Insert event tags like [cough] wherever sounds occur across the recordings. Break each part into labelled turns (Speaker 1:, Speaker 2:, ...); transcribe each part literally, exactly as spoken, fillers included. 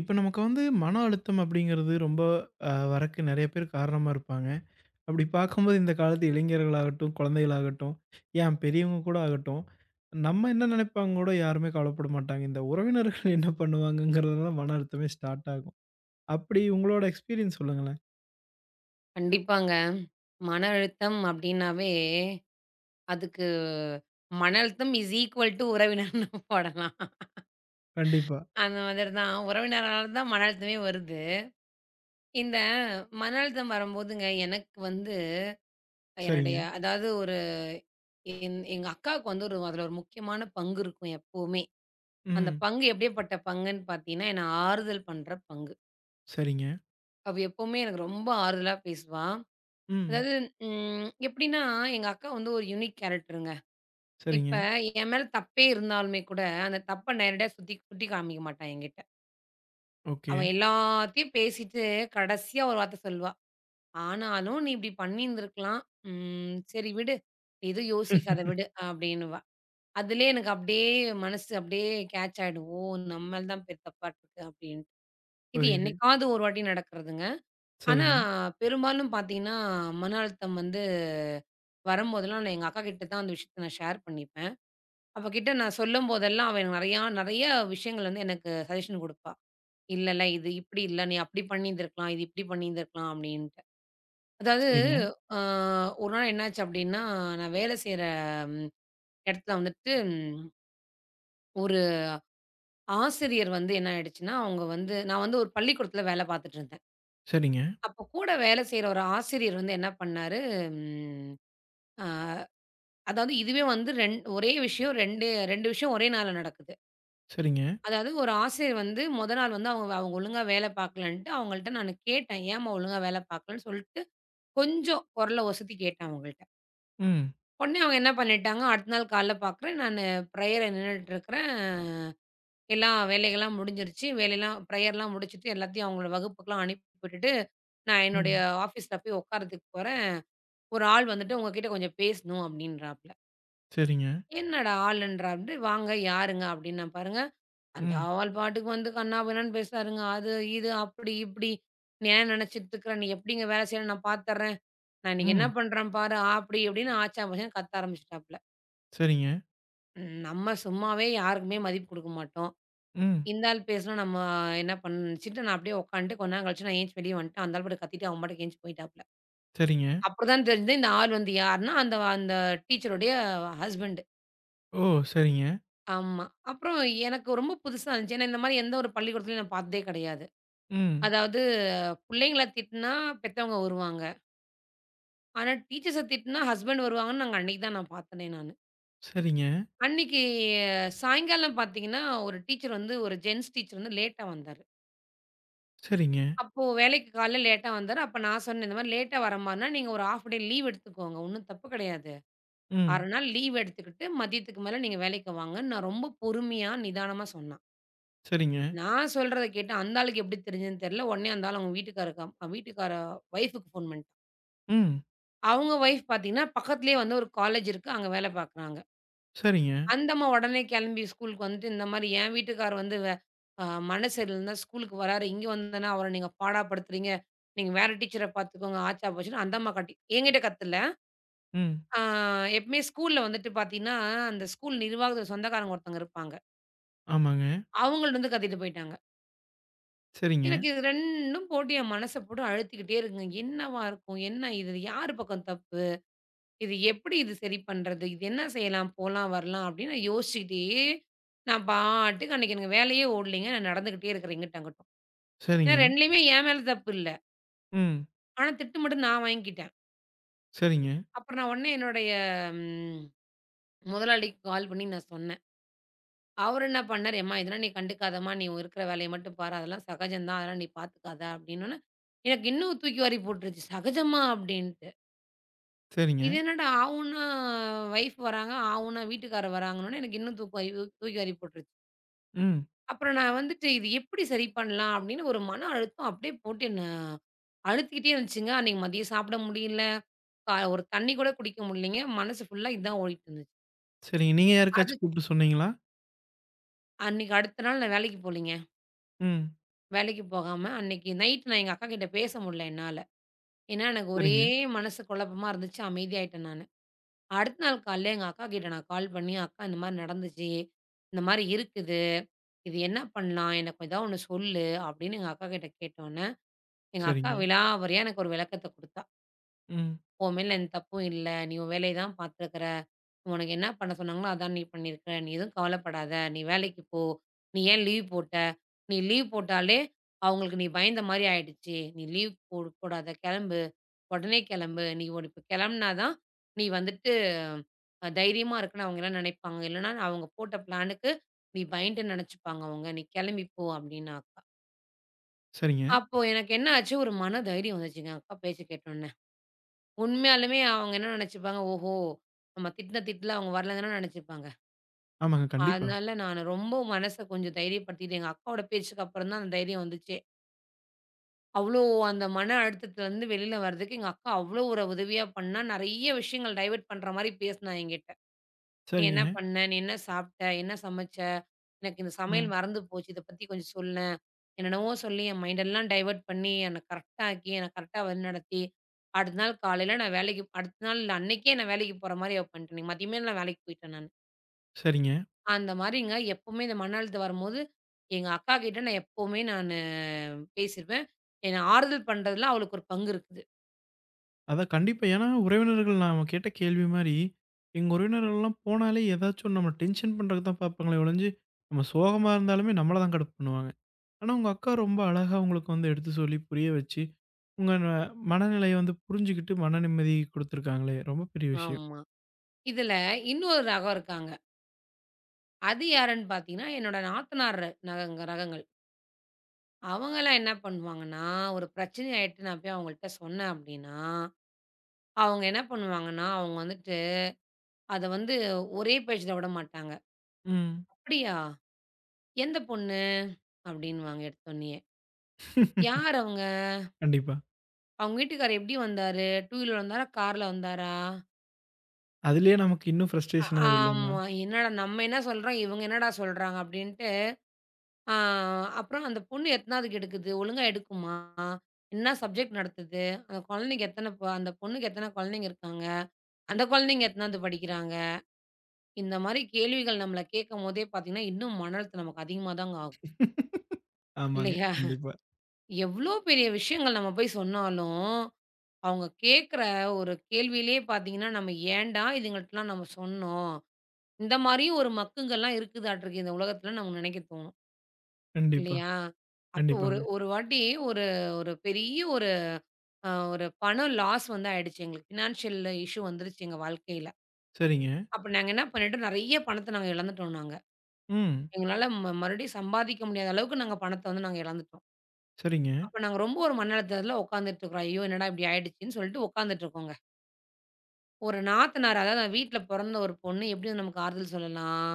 Speaker 1: இப்ப நமக்கு வந்து மன அழுத்தம் அப்படிங்கிறது ரொம்ப அ வரக்கு நெறைய பேர் காரணமா இருப்பாங்க. அப்படி பார்க்கும்போது இந்த காலத்து இளைஞர்களாகட்டும், குழந்தைகளாகட்டும், ஏன் பெரியவங்க கூட ஆகட்டும், நம்ம என்ன நெனைப்பாங்க கூட யாருமே கவலைப்பட மாட்டாங்க. இந்த உறவினர்கள் என்ன பண்ணுவாங்கங்கிறது தான் மன அழுத்தமே ஸ்டார்ட் ஆகும். அப்படி உங்களோட எக்ஸ்பீரியன்ஸ் சொல்லுங்களேன்.
Speaker 2: கண்டிப்பாங்க. மன அழுத்தம் அப்டின்னாவே, அதுக்கு மன அழுத்தம் இஸ் ஈக்குவல் டூ உறவினர்ன்னு [laughs] போடலாம்.
Speaker 1: கண்டிப்பா.
Speaker 2: அந்த மாதிரி தான். உறவினரால தான் மன அழுத்தமே வருது. இந்த மன அழுத்தம் வரும்போதுங்க, எனக்கு வந்து
Speaker 1: சரிங்க.
Speaker 2: என்னுடைய அதாவது ஒரு என் எங்க அக்காவுக்கு வந்து ஒரு அதுல ஒரு முக்கியமான பங்கு இருக்கும் எப்பவுமே. அந்த
Speaker 1: ம்.
Speaker 2: பங்கு எப்படியாப்பட்ட பங்குன்னு பார்த்தீங்கன்னா, என்ன ஆறுதல் பண்ற பங்கு.
Speaker 1: சரிங்க.
Speaker 2: அவ எப்பவுமே எனக்கு ரொம்ப ஆறுதலா பேசுவா.
Speaker 1: ம்.
Speaker 2: அதாவது ம் எப்படின்னா, எங்க அக்கா வந்து ஒரு யூனிக் கேரக்டருங்க. இப்ப
Speaker 1: சரிங்க.
Speaker 2: என் மேல தப்பே இருந்தாலுமே கூட, அந்த தப்ப நேரடியா சுத்தி சுட்டி காமிக்க மாட்டா என்கிட்ட.
Speaker 1: ஓகே.
Speaker 2: அவ எல்லாத்தையும் பேசிட்டு கடைசியா ஒரு வார்த்த சொல்லுவா. "ஆனாலும் நீ இப்படி பண்ணியிருந்திருக்கலாம். ம் சரி விடு. நீ எதுவும் யோசிக்காத விடு" அப்படின்னுவா. அதிலயே எனக்கு அப்படியே மனசு அப்படியே கேட்ச் ஆயிடும். ஓ! நம்ம மேல தான் பெ தப்பாட்டுருக்கு அப்படின்ட்டு. இது
Speaker 1: புரியுது.
Speaker 2: என்னைக்காவது ஒரு வாட்டி நடக்கிறதுங்க. ஆனா
Speaker 1: சரிங்க.
Speaker 2: பெரும்பாலும் பார்த்தீங்கன்னா, மன அழுத்தம் வந்து வரும்போதெல்லாம் நான் எங்க அக்காகிட்ட தான் அந்த விஷயத்த நான் ஷேர் பண்ணிப்பேன். அவகிட்ட நான் சொல்லும்போதெல்லாம், அவ எனக்கு நெறையா நெறைய விஷயங்கள் வந்து எனக்கு சஜெஷன் குடுப்பா. இல்லல்ல, இது இப்படி இல்ல. நீ அப்படி பண்ணியிருந்திருக்கலாம். இது இப்படி பண்ணியிருந்திருக்கலாம் அப்படின்ட்டு. அதாவது
Speaker 1: சரிங்க.
Speaker 2: அ ஒரு நாள் என்னாச்சு அப்படின்னா, நான் வேலை செய்ற ம் இடத்துல வந்துட்டு ம் ஒரு ஆசிரியர் வந்து என்ன ஆயிடுச்சுன்னா, அவங்க வந்து நான் வந்து ஒரு பள்ளிக்கூடத்துல வேலை பார்த்துட்டு இருந்தேன்.
Speaker 1: சரிங்க.
Speaker 2: அப்போ கூட வேலை செய்ற ஒரு ஆசிரியர் வந்து என்ன பண்ணாரு, ம் அ அதாவது இதுவே வந்து ரெண் ஒரே விஷயம் ரெண்டு, ரெண்டு விஷயம் ஒரே நாள்ல நடக்குது.
Speaker 1: சரிங்க.
Speaker 2: அதாவது ஒரு ஆசிரியர் வந்து மொத நாள் வந்து அவங்க அவங்க ஒழுங்கா வேலை பார்க்கலன்ட்டு, அவங்கள்ட்ட நானு கேட்டேன். "ஏம்மா ஒழுங்கா வேலை பார்க்கலன்னு?" சொல்லிட்டு கொஞ்சம் குரல ஒசத்தி கேட்டேன் அவங்கள்ட்ட.
Speaker 1: ம்.
Speaker 2: உடனே அவங்க என்ன பண்ணிட்டாங்க, அடுத்த நாள் காலைல பார்க்குறேன், நானு பிரேயர நின்னுட்டுருக்கிறேன். எல்லா வேலைகள்லாம் முடிஞ்சிருச்சு. வேலையெல்லாம் பிரேயர்லாம் முடிச்சுட்டு, எல்லாத்தையும் அவங்களோட வகுப்புக்கெல்லாம் அனுப்பி விட்டுட்டு, நான் என்னுடைய
Speaker 1: ம்.
Speaker 2: ஆஃபீஸ்ல போய் உட்கார்றதுக்கு போறேன். ஒரு ஆள் வந்துட்டு, "உங்ககிட்ட கொஞ்சம் பேசணும்" அப்படின்றாப்புல.
Speaker 1: சரிங்க.
Speaker 2: "என்னடா ஆளுன்றாரு?" "வாங்க, யாருங்க?" அப்படின்னேன் பாருங்க. அந்த
Speaker 1: ம்.
Speaker 2: ஆள் பாட்டுக்கு வந்து கன்னா பின்னான்னு பேசுறாருங்க. அது, இது, அப்படி, இப்படி. "நீ என்ன நெனச்சுட்ருக்குற? நீ எப்படிங்க வேலை செய்யணும் நான் பாத்துர்றேன். நான் இன்னைக்கு என்ன
Speaker 1: ம்.
Speaker 2: பண்றேன் பாரு" அப்படி இப்படின்னு ஆச்சா போச்சான்னு கத்த ஆரம்பிச்சுட்டாப்ல.
Speaker 1: சரிங்க.
Speaker 2: ம் நம்ம சும்மாவே யாருக்குமே மதிப்பு குடுக்க மாட்டோம்.
Speaker 1: ம்.
Speaker 2: இந்த ஆள் பேசுனா நம்ம என்ன பண் நினச்சுட்டு நான் அப்படியே உக்காந்துட்டு கொஞ்ச நேரம் கழிச்சு நான் எந்திச்சு வெளிய வந்துட்டேன். அந்த ஆள் பாட்டுக்கு கத்திட்டு அவன் பாட்டுக்கு எந்திச்சு போயிட்டாப்ல.
Speaker 1: சரிங்க.
Speaker 2: அப்பதான் தெரிஞ்சது இந்த ஆள் வந்து யாருன்னா, அந்த அந்த டீச்சருடைய ஹஸ்பண்ட்.
Speaker 1: ஓ! சரிங்க.
Speaker 2: ஆமா. அப்புறம் எனக்கு ரொம்ப புதுசா இருந்துச்சு. ஏன்னா இந்த மாரி எந்த ஒரு பள்ளிக்கூடத்துலயும் நான் பாத்ததே கெடையாது.
Speaker 1: ம்.
Speaker 2: அதாவது பிள்ளைங்கள திட்டுனா பெத்தவங்க வருவாங்க. ஆனா டீச்சர்ஸ திட்டுனா ஹஸ்பண்ட் வருவாங்கன்னு நாங்க அன்னைக்கு தான் நான் பார்த்தனே நானு.
Speaker 1: சரிங்க,
Speaker 2: அன்னைக்கு அஹ், சாயங்காலம் பார்த்தீங்கன்னா, ஒரு டீச்சர் வந்து ஒரு ஜென்ட்ஸ் டீச்சர் வந்து லேட்டா வந்தாரு.
Speaker 1: சரிங்க.
Speaker 2: அப்போ வேலைக்கு காலைல லேட்டா வந்தாரு. அப்ப நான் சொன்னேன், "இந்த மாரி லேட்டா வர மாரினா நீங்க ஒரு ஹால்ஃப் டே லீவ் எடுத்துக்கோங்க. ஒண்ணும் தப்பு கிடையாது.
Speaker 1: ம்.
Speaker 2: ஆறு நாள் லீவ் எடுத்துக்கிட்டு மதியத்துக்கு மேல நீங்க வேலைக்கு வாங்கன்னு" நான் ரொம்ப பொறுமையா, நிதானமா சொன்னான்.
Speaker 1: சரிங்க.
Speaker 2: நான் சொல்றத கேட்டு அந்த ஆளுக்கு எப்படி தெரிஞ்சதுன்னு தெரியல. உடனே அந்த ஆள் அவங்க வீட்டுக்காரருக்கு அவங்க வீட்டுக்கார வைஃப்க்கு ஃபோன் பண்ணிட்டான்.
Speaker 1: ம்.
Speaker 2: அவங்க ஒய்ஃப் பார்த்தீங்கன்னா, பக்கத்திலேயே வந்து ஒரு காலேஜ் இருக்கு. அங்க வேலை பார்க்குறாங்க.
Speaker 1: சரிங்க.
Speaker 2: அந்த அம்மா உடனே கிளம்பி ஸ்கூலுக்கு வந்துட்டு, இந்த மாரி என் வீட்டுக்கார் வந்து வே அ மனசு சரியில்லன்னு தான் ஸ்கூலுக்கு வராரு. இங்க வந்தோனே அவர நீங்க பாடாப்படுத்துறீங்க. நீங்க வேற டீச்சர பார்த்துக்கோங்க. ஆச்சா போச்சுன்னு அந்த அம்மா கத்தி என்கிட்ட கத்தல.
Speaker 1: ம்.
Speaker 2: ஆ எப்பவுமே ஸ்கூல்ல வந்துட்டு பார்த்தீங்கன்னா, அந்த ஸ்கூல் நிர்வாகத்துல சொந்தக்காரங்க ஒருத்தவங்க இருப்பாங்க.
Speaker 1: ஆமாங்க.
Speaker 2: அவங்கள்ட்ட வந்து கத்திட்டு போயிட்டாங்க.
Speaker 1: சரிங்க,
Speaker 2: எனக்கு இது 2ம் போட்டு என் மனச போட்டு அழுத்திக்கிட்டே இருக்குங்க. என்னவா இருக்கும்? என்ன இது? யார் பக்கம் தப்பு? இது எப்படி இது சரி பண்றது? இது என்ன செய்யலாம்? போலாம், வரலாம் அப்படின்னு நான் யோசிச்சுக்கிட்டே, நான் பாட்டுக்கு அன்னைக்கு எனக்கு வேலையே ஓடலைங்க. நான் நடந்துகிட்டே இருக்கிறேன் எங்கிட்டு அங்கிட்டும். ஏன்னா
Speaker 1: சரிங்க.
Speaker 2: 2லயுமே என் மேல தப்பு இல்ல.
Speaker 1: ம்.
Speaker 2: ஆனா திட்டு மட்டும் நான் வாங்கிக்கிட்டேன்.
Speaker 1: சரிங்க,
Speaker 2: அப்புறம் நான் உடனே என்னுடைய ம் முதலாளிக்கு கால் பண்ணி நான் சொன்னேன். அவரு என்ன பண்ணாரு, "எம்மா இதெல்லாம் நீ கண்டுக்காதம்மா. நீ இருக்கிற வேலைய மட்டும் பாரு. அதெல்லாம் சகஜம் தான். அதெல்லாம் நீ பார்த்துக்காத" அப்படின்னோனே, எனக்கு இன்னும் தூக்கி வாரி போட்டுருச்சு. சகஜமா அப்படின்ட்டு.
Speaker 1: சரிங்க.
Speaker 2: இது என்னடா ஆவுன்னா வைஃப் வராங்க, ஆவுன்னா வீட்டுக்காரர் வராங்கன்னோனே எனக்கு இன்னும் தூக்கு வாரி தூக்கி வாரி போட்டுருச்சு.
Speaker 1: ம்.
Speaker 2: அப்புறம் நான் வந்துட்டு, "இது எப்படி சரி பண்ணலாம்?" அப்படின்னு ஒரு மன அழுத்தம் அப்படியே போட்டு என்ன அழுத்திக்கிட்டே இருந்துச்சுங்க. அன்னைக்கு மதியம் சாப்பிட முடியல. கா ஒரு தண்ணி கூட குடிக்க முடியலைங்க. மனசு ஃபுல்லா இதான் ஓடிட்டு இருந்துச்சு.
Speaker 1: சரிங்க. நீங்க
Speaker 2: அது
Speaker 1: யாருக்காச்சும் கூப்பிட்டு சொன்னீங்களா?
Speaker 2: அன்னைக்கு அடுத்த நாள் நான் வேலைக்கு போகலைங்க.
Speaker 1: ம்.
Speaker 2: வேலைக்கு போகாம அன்னைக்கு நைட் நான் எங்க அக்காகிட்ட பேச முடியல என்னால. ஏன்னா, எனக்கு ஒரே
Speaker 1: சரிங்க,
Speaker 2: மனசு குழப்பமா இருந்துச்சு. அமைதியாயிட்டேன் நானு. அடுத்த நாள் காலையில எங்க அக்காகிட்ட நான் கால் பண்ணி, "அக்கா இந்த மாரி நடந்துச்சு. இந்த மாரி இருக்குது. இது என்ன பண்ணலாம்? எனக்கு ஏதாவது ஒண்ணு சொல்லு" அப்படின்னு எங்க அக்காகிட்ட கேட்டோன்ன எங்க அக்கா
Speaker 1: சரிங்க.
Speaker 2: விலாவாரியா எனக்கு ஒரு விளக்கத்த குடுத்தா.
Speaker 1: ம்.
Speaker 2: "உன் மேல எந்த தப்பும் இல்ல. நீ உன் வேலைய தான் பார்த்துருக்குற. உனக்கு என்ன பண்ண சொன்னாங்களோ, அதான் நீ பண்ணியிருக்க. நீ எதுவும் கவலைப்படாத. நீ வேலைக்கு போ. நீ ஏன் லீவ் போட்ட? நீ லீவ் போட்டாலே அவங்களுக்கு நீ பயந்த மாரி ஆயிடுச்சு. நீ லீவ் போ போடாத. கெளம்பு. உடனே கெளம்பு. நீ ஒரு இப்ப கெளம்புனா தான் நீ வந்துட்டு அ தைரியமா இருக்குன்னு அவங்க எல்லாம் நெனைப்பாங்க. இல்லன்னா அவங்க போட்ட பிளானுக்கு நீ பயந்துட்டேன்னு நெனச்சுப்பாங்க அவங்க. நீ கெளம்பி போ" அப்டின்னா.
Speaker 1: சரிங்க.
Speaker 2: அப்போ எனக்கு என்ன ஆச்சு, ஒரு மன தைரியம் வந்துச்சுங்க, அக்கா பேச்ச கேட்டோனே. உண்மையாலுமே அவங்க என்ன நெனச்சுப்பாங்க, ஓஹோ! நம்ம திட்டுன திட்டுல அவங்க வரலன்னு தான நெனச்சுப்பாங்க.
Speaker 1: ஆமாங்க. கண்டிப்பா.
Speaker 2: அதனால நானு ரொம்ப மனச கொஞ்சம் தைரியப்படுத்திட்டு, எங்க அக்காவோட பேச்சுக்கு அப்புறம் தான் அந்த தைரியம் வந்துச்சே. அவ்ளோ அந்த மன அழுத்தத்துலருந்து வெளில வர்றதுக்கு எங்க அக்கா அவ்ளோ ஒரு உதவியா பண்ணா, நெறைய விஷயங்கள் டைவர்ட் பண்ற மாரி பேசினா என்கிட்ட. நீ என்ன
Speaker 1: சரிங்க.
Speaker 2: பண்ண? நீ என்ன சாப்பிட்ட? என்ன சமைச்ச? எனக்கு இந்த சமையல்
Speaker 1: ம்.
Speaker 2: மறந்து போச்சு. இத பத்தி கொஞ்சம் சொல்லேன். என்னென்னவோ சொல்லி என் மைண்டெல்லாம் டைவர்ட் பண்ணி, என்ன கரெக்ட்டா ஆக்கி, என்ன கரெக்ட்டா வழிநடத்தி, அடுத்த நாள் காலையில நான் வேலைக்கு அடுத்த நாள் இல்ல, அன்னைக்கே நான் வேலைக்கு போற மாரி அவ பண்ணிட்டேன். மதியமே நான் வேலைக்கு போயிட்டேன் நானு.
Speaker 1: சரிங்க.
Speaker 2: அந்த மாரிங்க எப்பவுமே இந்த மன அழுத்தம் வரும்போது, எங்க அக்காகிட்ட நான் எப்பவுமே நானு பேசிருவேன். என்ன ஆறுதல் பண்றதுல அவளுக்கு ஒரு பங்கு இருக்குது.
Speaker 1: அதான் கண்டிப்பா. ஏன்னா உறவினர்கள் நாம கேட்ட கேள்வி மாரி, எங்க உறவினர்கள்லாம் போனாலே ஏதாச்சும் நம்மள டென்ஷன் பண்றதுக்கு தான் பார்ப்பாங்களே ஒழிஞ்சு, நம்ம சோகமா இருந்தாலுமே நம்மள தான் கடுப்பு பண்ணுவாங்க. ஆனா, உங்க அக்கா ரொம்ப அழகா உங்களுக்கு வந்து எடுத்து சொல்லி புரிய வச்சு, உங்க ந மனநிலைய வந்து புரிஞ்சுகிட்டு மன நிம்மதி குடுத்துருக்காங்களே! ரொம்ப பெரிய விஷயம்.
Speaker 2: ஆமா. இதுல இன்னொரு ரகம் இருக்காங்க. அது யாருன்னு பார்த்தீங்கன்னா, என்னோட நாத்தனார் ரகங்க ரகங்கள். அவங்கலாம் என்ன பண்ணுவாங்கன்னா, ஒரு பிரச்சனை ஆயிட்டு நான் போய் அவங்கள்ட்ட சொன்னேன் அப்படின்னா, அவங்க என்ன பண்ணுவாங்கன்னா, அவங்க வந்துட்டு அத வந்து ஒரே பேச்சுல விடமாட்டாங்க.
Speaker 1: ம்.
Speaker 2: "அப்படியா? எந்த பொண்ணு?" அப்படின்னுவாங்க எடுத்தோனயே.
Speaker 1: [laughs]
Speaker 2: "யார் அவங்க?
Speaker 1: கண்டிப்பா.
Speaker 2: அவங்க வீட்டுக்காரர் எப்படி வந்தாரு? டூ வீலர்ல வந்தாரா? கார்ல வந்தாரா?"
Speaker 1: அதிலேயே நமக்கு இன்னும்
Speaker 2: ஆ
Speaker 1: ஃப்ரஸ்ட்ரேஷன் ஆயிரும் இல்லைங்களா?
Speaker 2: ஆமா. என்னடா நம்ம என்ன சொல்றோம், இவங்க என்னடா சொல்றாங்க? அப்படின்ட்டு ஆ அப்புறம் அந்த பொண்ணு எத்தனாவதுக்கு எடுக்குது? ஒழுங்கா எடுக்குமா? என்ன சப்ஜெக்ட் நடத்துது? அந்த குழந்தைக்கு எத்தன ப அந்த பொண்ணுக்கு எத்தன குழந்தைங்க இருக்காங்க? அந்த குழந்தைங்க எத்தனாவது படிக்கிறாங்க? இந்த மாரி கேள்விகள் நம்மள கேட்கும்போதே பார்த்தீங்கன்னா, இன்னும் மன அழுத்தம் நமக்கு அதிகமா தாங்க ஆகும்.
Speaker 1: [laughs] ஆமாங்க.
Speaker 2: இல்லையா?
Speaker 1: கண்டிப்பா,
Speaker 2: எவ்ளோ பெரிய விஷயங்கள் நம்ம போய் சொன்னாலும், அவங்க கேட்குற ஒரு கேள்வியிலேயே பார்த்தீங்கன்னா, நம்ம ஏன்டா இதுங்கள்ட்டலாம் நம்ம சொன்னோம்? இந்த மாரியும் ஒரு மக்குங்கள்லாம் இருக்குதாட்ருக்கு இந்த உலகத்துல நம்ம நினைக்க தோணும்.
Speaker 1: கண்டிப்பா,
Speaker 2: இல்லையா? அப்போ ஒரு
Speaker 1: கண்டிப்பாங்க.
Speaker 2: ஒரு வாட்டி ஒரு ஒரு பெரிய ஒரு அ ஒரு பணம் லாஸ் வந்து ஆயிடுச்சு எங்களுக்கு. ஃபினான்ஷியல் இஷ்யூ வந்துருச்சு எங்க வாழ்க்கையில.
Speaker 1: சரிங்க.
Speaker 2: அப்ப நாங்க என்ன பண்ணிட்டோம், நெறைய பணத்த நாங்க இழந்துட்டோம் நாங்க.
Speaker 1: ம்.
Speaker 2: எங்களால ம மறுபடியும் சம்பாதிக்க முடியாத அளவுக்கு நாங்க பணத்த வந்து நாங்க இழந்துட்டோம்.
Speaker 1: சரிங்க.
Speaker 2: அப்ப நாங்க ரொம்ப ஒரு மன அழுத்தத்துல உட்கார்ந்துட்டு இருக்கிறோம். ஐயோ! என்னடா இப்படி ஆயிடுச்சுன்னு சொல்லிட்டு உட்கார்ந்துட்டு இருக்கோங்க. ஒரு நாத்தனார் அதாவது நான் வீட்ல பொறந்த ஒரு பொண்ணு எப்படி நமக்கு ஆறுதல் சொல்லலாம்?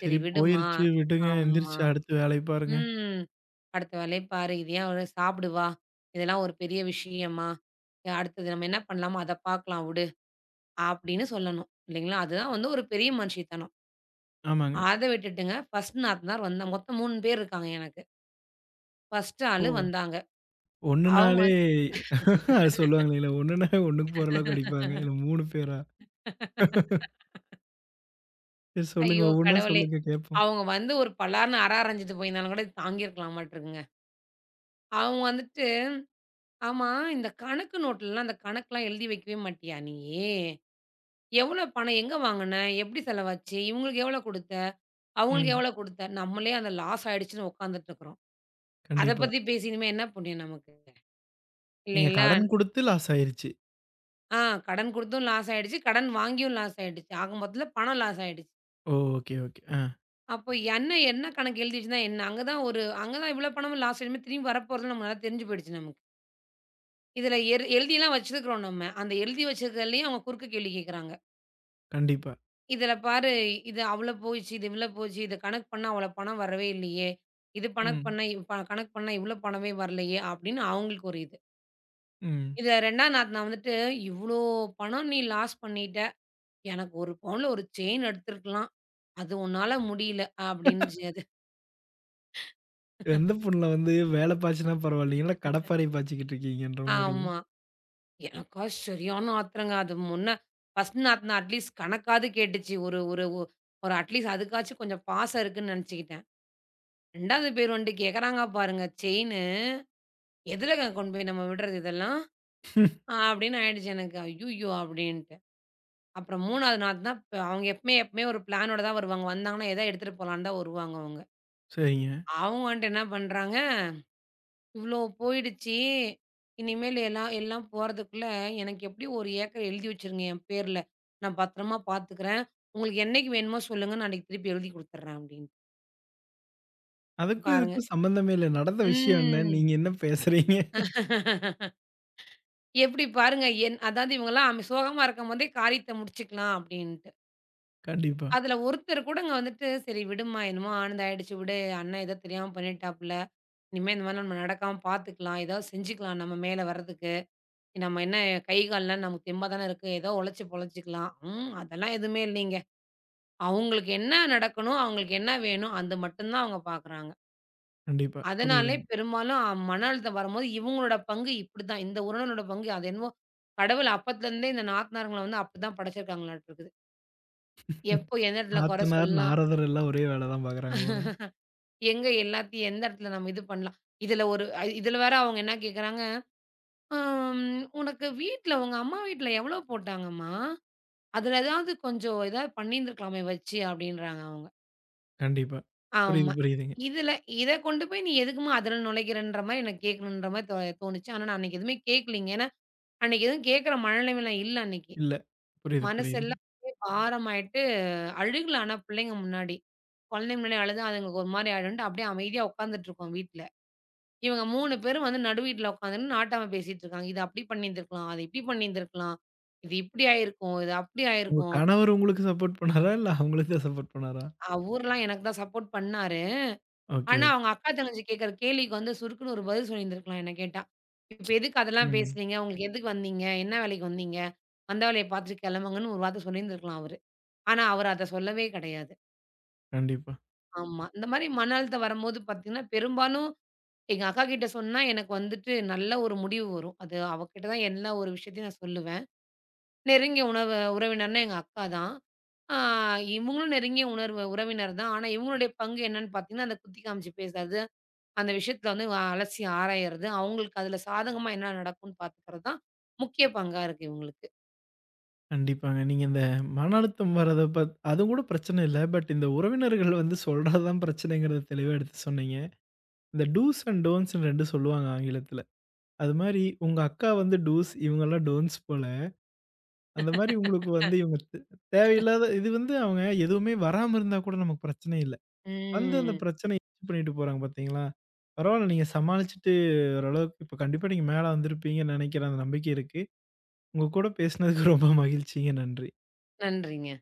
Speaker 2: சரி
Speaker 1: சரி
Speaker 2: விடுமா.
Speaker 1: போயிருச்சு விடுங்க.
Speaker 2: ஆமா.
Speaker 1: எந்திரிச்சு அடுத்த வேலைய பாருங்க.
Speaker 2: ம். அடுத்த வேலைய பாரு. இது ஏன் ஒரு சாப்பிடு வா. இதெல்லாம் ஒரு பெரிய விஷயமா? அஹ் அடுத்தது நம்ம என்ன பண்ணலாமோ அத பார்க்கலாம் விடு. அப்படின்னு சொல்லணும். இல்லைங்களா? அதுதான் வந்து ஒரு பெரிய மனுஷித்தனம்.
Speaker 1: ஆமாங்க.
Speaker 2: அத விட்டுட்டுங்க, ஒரு நாத்தனார் வந்தா மொத்தம் மூணு பேர் இருக்காங்க எனக்கு. ஒரு
Speaker 1: ஓ!
Speaker 2: ஆளு வந்தாங்க.
Speaker 1: ஒண்ணுனாலே
Speaker 2: அவங்க
Speaker 1: [laughs] அது சொல்லுவாங்க இல்லைங்களா? ஒண்ணுனா ஒண்ணுக்கு போற அளவுக்கு அடிப்பாங்க. இல்ல மூணு பேரா? [laughs] சரி சொல்லுங்க.
Speaker 2: ஐயோ
Speaker 1: ஒவ்வொன்னா
Speaker 2: கடவுளே!
Speaker 1: சொல்லுங்க கேட்போம்.
Speaker 2: அவங்க வந்து ஒரு பலார்ன்னு அர அரஞ்சுட்டு போயிருந்தாலும் கூட தாங்கியிருக்கலாம் மாட்டுருக்குங்க. அவங்க வந்துட்டு, "ஆமா இந்த கணக்கு நோட்லலாம் அந்த கணக்கெல்லாம் எழுதி வைக்கவே மாட்டியா நீயி?" எவ்வளோ பணம்? எங்க வாங்குன? எப்படி செலவாச்சு? இவங்களுக்கு எவ்வளோ குடுத்த? அவங்களுக்கு
Speaker 1: ம்.
Speaker 2: எவ்வளோ குடுத்த? நம்மளே அந்த லாஸ் ஆயிடுச்சுன்னு உட்காந்துட்டு இருக்கிறோம். அத
Speaker 1: கண்டிப்பா.
Speaker 2: பத்தி பேசி இனிமே என்ன புண்ணியம் நமக்கு?
Speaker 1: நீங்க
Speaker 2: இல்லைங்களா?
Speaker 1: கடன் குடுத்து லாஸ் ஆயிருச்சு.
Speaker 2: ஆ கடன் குடுத்தும் லாஸ் ஆயிடுச்சு. கடன் வாங்கியும் லாஸ் ஆயிடுச்சு. ஆக மொத்தத்தில பணம் லாஸ் ஆயிடுச்சு.
Speaker 1: ஓ! Okay, okay. ஆ.
Speaker 2: அப்போ என்ன என்ன கணக்கு எழுதி வச்சுருந்தா என்ன? அங்க தான் ஒரு அங்க தான் இவ்வளோ பணமும் லாஸ் ஆயிடுமே திரும்பி வரப்போறதுன்னு நமக்கு நல்லா தெரிஞ்சு போயிடுச்சு நமக்கு. இதில எர் எழுதிலாம் வச்சிருக்கிறோம் நம்ம. அந்த எழுதி வச்சிருக்கிறதுலயும் அவங்க குறுக்கு கேள்வி கேட்கிறாங்க.
Speaker 1: கண்டிப்பா.
Speaker 2: இதுல பாரு, இது அவ்ளோ போயிச்சு, இது இவ்ளோ போச்சு, இத கணக்கு பண்ணா அவ்ளோ பணம் வரவே இல்லையே! இது கணக்கு
Speaker 1: ம்.
Speaker 2: பண்ணா இவ் ப கணக்கு பண்ணா இவ்ளோ பணமே வரலையே! அப்படின்னு அவங்களுக்கு ஒரு இது.
Speaker 1: ம்.
Speaker 2: இதுல 2வது நாத்தனா வந்துட்டு, "இவ்ளோ பணம் நீ லாஸ் பண்ணிட்ட. எனக்கு ஒரு பவுன்ல ஒரு செயின் எடுத்திருக்கலாம். அது உன்னால முடியல" அப்படின்னுச்சது.
Speaker 1: எந்த புண்ணுல வந்து வேல பாய்ச்சுனா பரவாயில்லைங்க. இல்ல கடப்பாரை பாய்ச்சிக்கிட்டு இருக்கீங்கன்ற மாரி.
Speaker 2: ஆமா. எனக்கா சரியான ஆத்திரங்க. அது முன்ன ஒரு நாத்தனா அட்லீஸ்ட் கணக்காவது கேட்டுச்சு. ஒரு ஒரு ஒ ஒரு அட்லீஸ்ட் அதுக்காச்சும் கொஞ்சம் பாசம் இருக்குன்னு நெனச்சுக்கிட்டேன். 2வது பேர் வந்துட்டு கேட்கறாங்க பாருங்க. செயின் எதுலங்க கொண்டு போய் நம்ம விடுறது இதெல்லாம்? அ அப்படின்னு ஆயிடுச்சு எனக்கு. ஐய்யய்யோ! அப்படின்ட்டு. அப்புறம் 3வது நாள் தான் ப அவங்க எப்பமே எப்பமே ஒரு பிளானோட தான் வருவாங்க. வந்தாங்கன்னா, எதா எடுத்துட்டு போலான்னு தான் வருவாங்க அவங்க.
Speaker 1: சரிங்க.
Speaker 2: அவங்க வந்துட்டு என்ன பண்றாங்க, "இவ்ளோ போயிடுச்சு. இனிமேல் எல்லாம் எல்லாம் போறதுக்குள்ள எனக்கு எப்படியும் ஒரு ஏக்கர் எழுதி வச்சுருங்க என் பேர்ல. நான் பத்திரமா பார்த்துக்கிறேன். உங்களுக்கு என்னைக்கு வேணுமோ சொல்லுங்க. நான் அன்னைக்கு திருப்பி எழுதி குடுத்துடுறேன்" அப்படின்ட்டு.
Speaker 1: அதுக்கும்
Speaker 2: பாருங்க.
Speaker 1: இதுக்கும் சம்மந்தமே இல்ல. நடந்த விஷயம் என்ன?
Speaker 2: ம்.
Speaker 1: நீங்க என்ன பேசுறீங்க?
Speaker 2: [laughs] எப்படி பாருங்க என் அதாவது இவங்கலாம் அம் சோகமா இருக்கும்போதே காரியத்த முடிச்சுக்கலாம் அப்படின்ட்டு.
Speaker 1: கண்டிப்பா,
Speaker 2: அதுல ஒருத்தர் கூடங்க வந்துட்டு, "சரி விடும்மா, என்னமோ ஆனது ஆயிடுச்சு விடு. அண்ணன் ஏதோ தெரியாம பண்ணிட்டாப்புல. இனிமே இந்த மாரி நம்ம நடக்காம பார்த்துக்கலாம். ஏதாவது செஞ்சுக்கலாம் நம்ம மேல வர்றதுக்கு. நம்ம என்ன கை கால்லாம் நமக்கு தெம்பா தானே இருக்கு. ஏதோ உழைச்சு பொழைச்சுக்கலாம்." ம். அதெல்லாம் எதுவுமே இல்லைங்க. அவங்களுக்கு என்ன நடக்கணும், அவங்களுக்கு என்ன வேணும், அது மட்டும் தான் அவங்க பார்க்குறாங்க.
Speaker 1: கண்டிப்பா.
Speaker 2: அதனாலே
Speaker 1: புரியுதுங்க.
Speaker 2: பெரும்பாலும் அ- மன அழுத்தம் வரும்போது இவங்களோட பங்கு இப்படிதான். இந்த உறவினரோட பங்கு அது என்னமோ கடவுள் அப்பத்துலருந்தே இந்த நாத்தனாருங்கள வந்து அப்படிதான் படைச்சிருக்காங்களாட்டு இருக்குது. எப்போ எந்த இடத்துல குறை
Speaker 1: நாத்தனார்,
Speaker 2: சொல்லலாம்.
Speaker 1: நாரதர் எல்லாம் ஒரே வேல தான் பாக்குறாங்க போல.
Speaker 2: எங்க எல்லாத்தையும் எந்த இடத்துல நம்ம இது பண்ணலாம்? இதுல ஒரு அ இதுல வேற அவங்க என்ன கேட்குறாங்க, "ஆம் உனக்கு வீட்ல உங்க அம்மா வீட்ல எவ்வளோ போட்டாங்கம்மா? அதுல ஏதாவது கொஞ்சம் ஏதாவது பண்ணியிருந்துருக்கலாமே வச்சு" அப்படின்றாங்க அவங்க.
Speaker 1: கண்டிப்பா. புரியுது,
Speaker 2: ஆமா.
Speaker 1: புரியுதுங்க.
Speaker 2: இதுல இத கொண்டு போய் நீ எதுக்கும்மா அதுல நுழைக்கிறன்ற மாரி எனக்கு கேட்கணுன்ற மாரி தோ தோணுச்சு. ஆனா நான் அன்னைக்கு எதுவுமே கேட்கலீங்க. ஏன்னா, அன்னைக்கு எதுவும் கேட்கற மனநிலைமைல இல்ல அன்னைக்கு.
Speaker 1: இல்ல. புரியுது, புரியுதுங்க.
Speaker 2: மனசெல்லாம் அப்படியே பாரமாயிட்டு அழுகல ஆனா பிள்ளைங்க முன்னாடி. குழந்தைங்க முன்னாடி அழுதா அதுங்களுக்கு ஒரு மாரி ஆயிடும்ன்ட்டு அப்படியே அமைதியா உட்காந்துட்டுருக்கோம் வீட்ல. இவங்க மூணு பேரும் வந்து நடு வீட்ல உட்காந்துன்னு நாட்டாம பேசிட்டு இருக்காங்க. "இத அப்படி பண்ணியிருந்திருக்கலாம். அத இப்படி பண்ணியிருந்திருக்கலாம். இது இப்படி ஆயிருக்கும். இது அப்படி
Speaker 1: உங்க
Speaker 2: ஆயிருக்கும்.
Speaker 1: கணவர் உங்களுக்கு சப்போர்ட் பண்ணாரா? இல்ல அவங்களுக்கு தான் சப்போர்ட் பண்ணாரா?
Speaker 2: அவர்லாம் எனக்கு தான் சப்போர்ட் பண்ணாரு.
Speaker 1: ஓகே,
Speaker 2: ஆனா, அவங்க
Speaker 1: ஓகே.
Speaker 2: அக்கா தங்கச்சி கேட்கற கேள்விக்கு வந்து சுருக்குன்னு ஒரு பதில் சொல்லியிருந்திருக்கலாம்" என்ன கேட்டா. "இப்ப எதுக்கு அதெல்லாம்
Speaker 1: ம்.
Speaker 2: பேசுனீங்க? உங்களுக்கு எதுக்கு வந்தீங்க? என்ன வேலைக்கு வந்தீங்க? வந்த வேலைய பார்த்துட்டு கிளம்புங்கன்னு" ஒரு வார்த்தை சொல்லியிருந்திருக்கலாம் அவரு. ஆனா, அவரு அத சொல்லவே கிடையாது.
Speaker 1: கண்டிப்பா.
Speaker 2: ஆமா. இந்த மாரி மன அழுத்தம் வரும்போது பார்த்தீங்கன்னா, பெரும்பாலும் எங்க அக்கா கிட்ட சொன்னா எனக்கு வந்துட்டு நல்ல ஒரு முடிவு வரும். அது அவ கிட்ட தான் எல்லா ஒரு விஷயத்தையும் நான் சொல்லுவேன். நெருங்கிய உணவு உறவினர்னா எங்க அக்கா தான். ஆ இவங்களும் நெருங்கிய உணர்வு உறவினர் தான். ஆனா இவங்களுடைய பங்கு என்னன்னு பார்த்தீங்கன்னா, அந்த குத்தி காமிச்சு பேசுறது, அந்த விஷயத்துல வந்து வ- அலசி ஆராயறது, அவங்களுக்கு அதுல சாதகமா என்ன நடக்கும்ன்னு பார்த்துக்கிறது தான் முக்கிய பங்கா இருக்கு இவங்களுக்கு.
Speaker 1: கண்டிப்பாங்க. நீங்க இந்த மன அழுத்தம் வரத பத் அதுங்கூட பிரச்சனை இல்ல. பட் இந்த உறவினர்கள் வந்து சொல்றது தான் பிரச்சனைங்கிறத தெளிவா எடுத்து சொன்னீங்க. இந்த டூஸ் அண்ட் டோன்ட்ஸ்ன்னு ரெண்டு சொல்லுவாங்க ஆங்கிலத்துல. அது மாரி உங்க அக்கா வந்து டூஸ், இவங்கலாம் டோன்ட்ஸ் போல. அந்த மாரி உங்களுக்கு வந்து இவங்க தே தேவையில்லாத இது வந்து அவங்க எதுவுமே வராம இருந்தா கூட நமக்கு பிரச்சனை இல்ல. வந்து அந்த
Speaker 2: ம்.
Speaker 1: பிரச்சனைய பண்ணிட்டு போறாங்க பார்த்தீங்களா? பரவால்ல நீங்க சமாளிச்சுட்டு ஓரளவுக்கு இப்ப கண்டிப்பா நீங்க மேல வந்திருப்பீங்கன்னு நெனைக்கிறேன். அந்த நம்பிக்கை இருக்கு. உங்க கூட பேசினதுக்கு ரொம்ப மகிழ்ச்சிங்க. நன்றி.
Speaker 2: நன்றிங்க.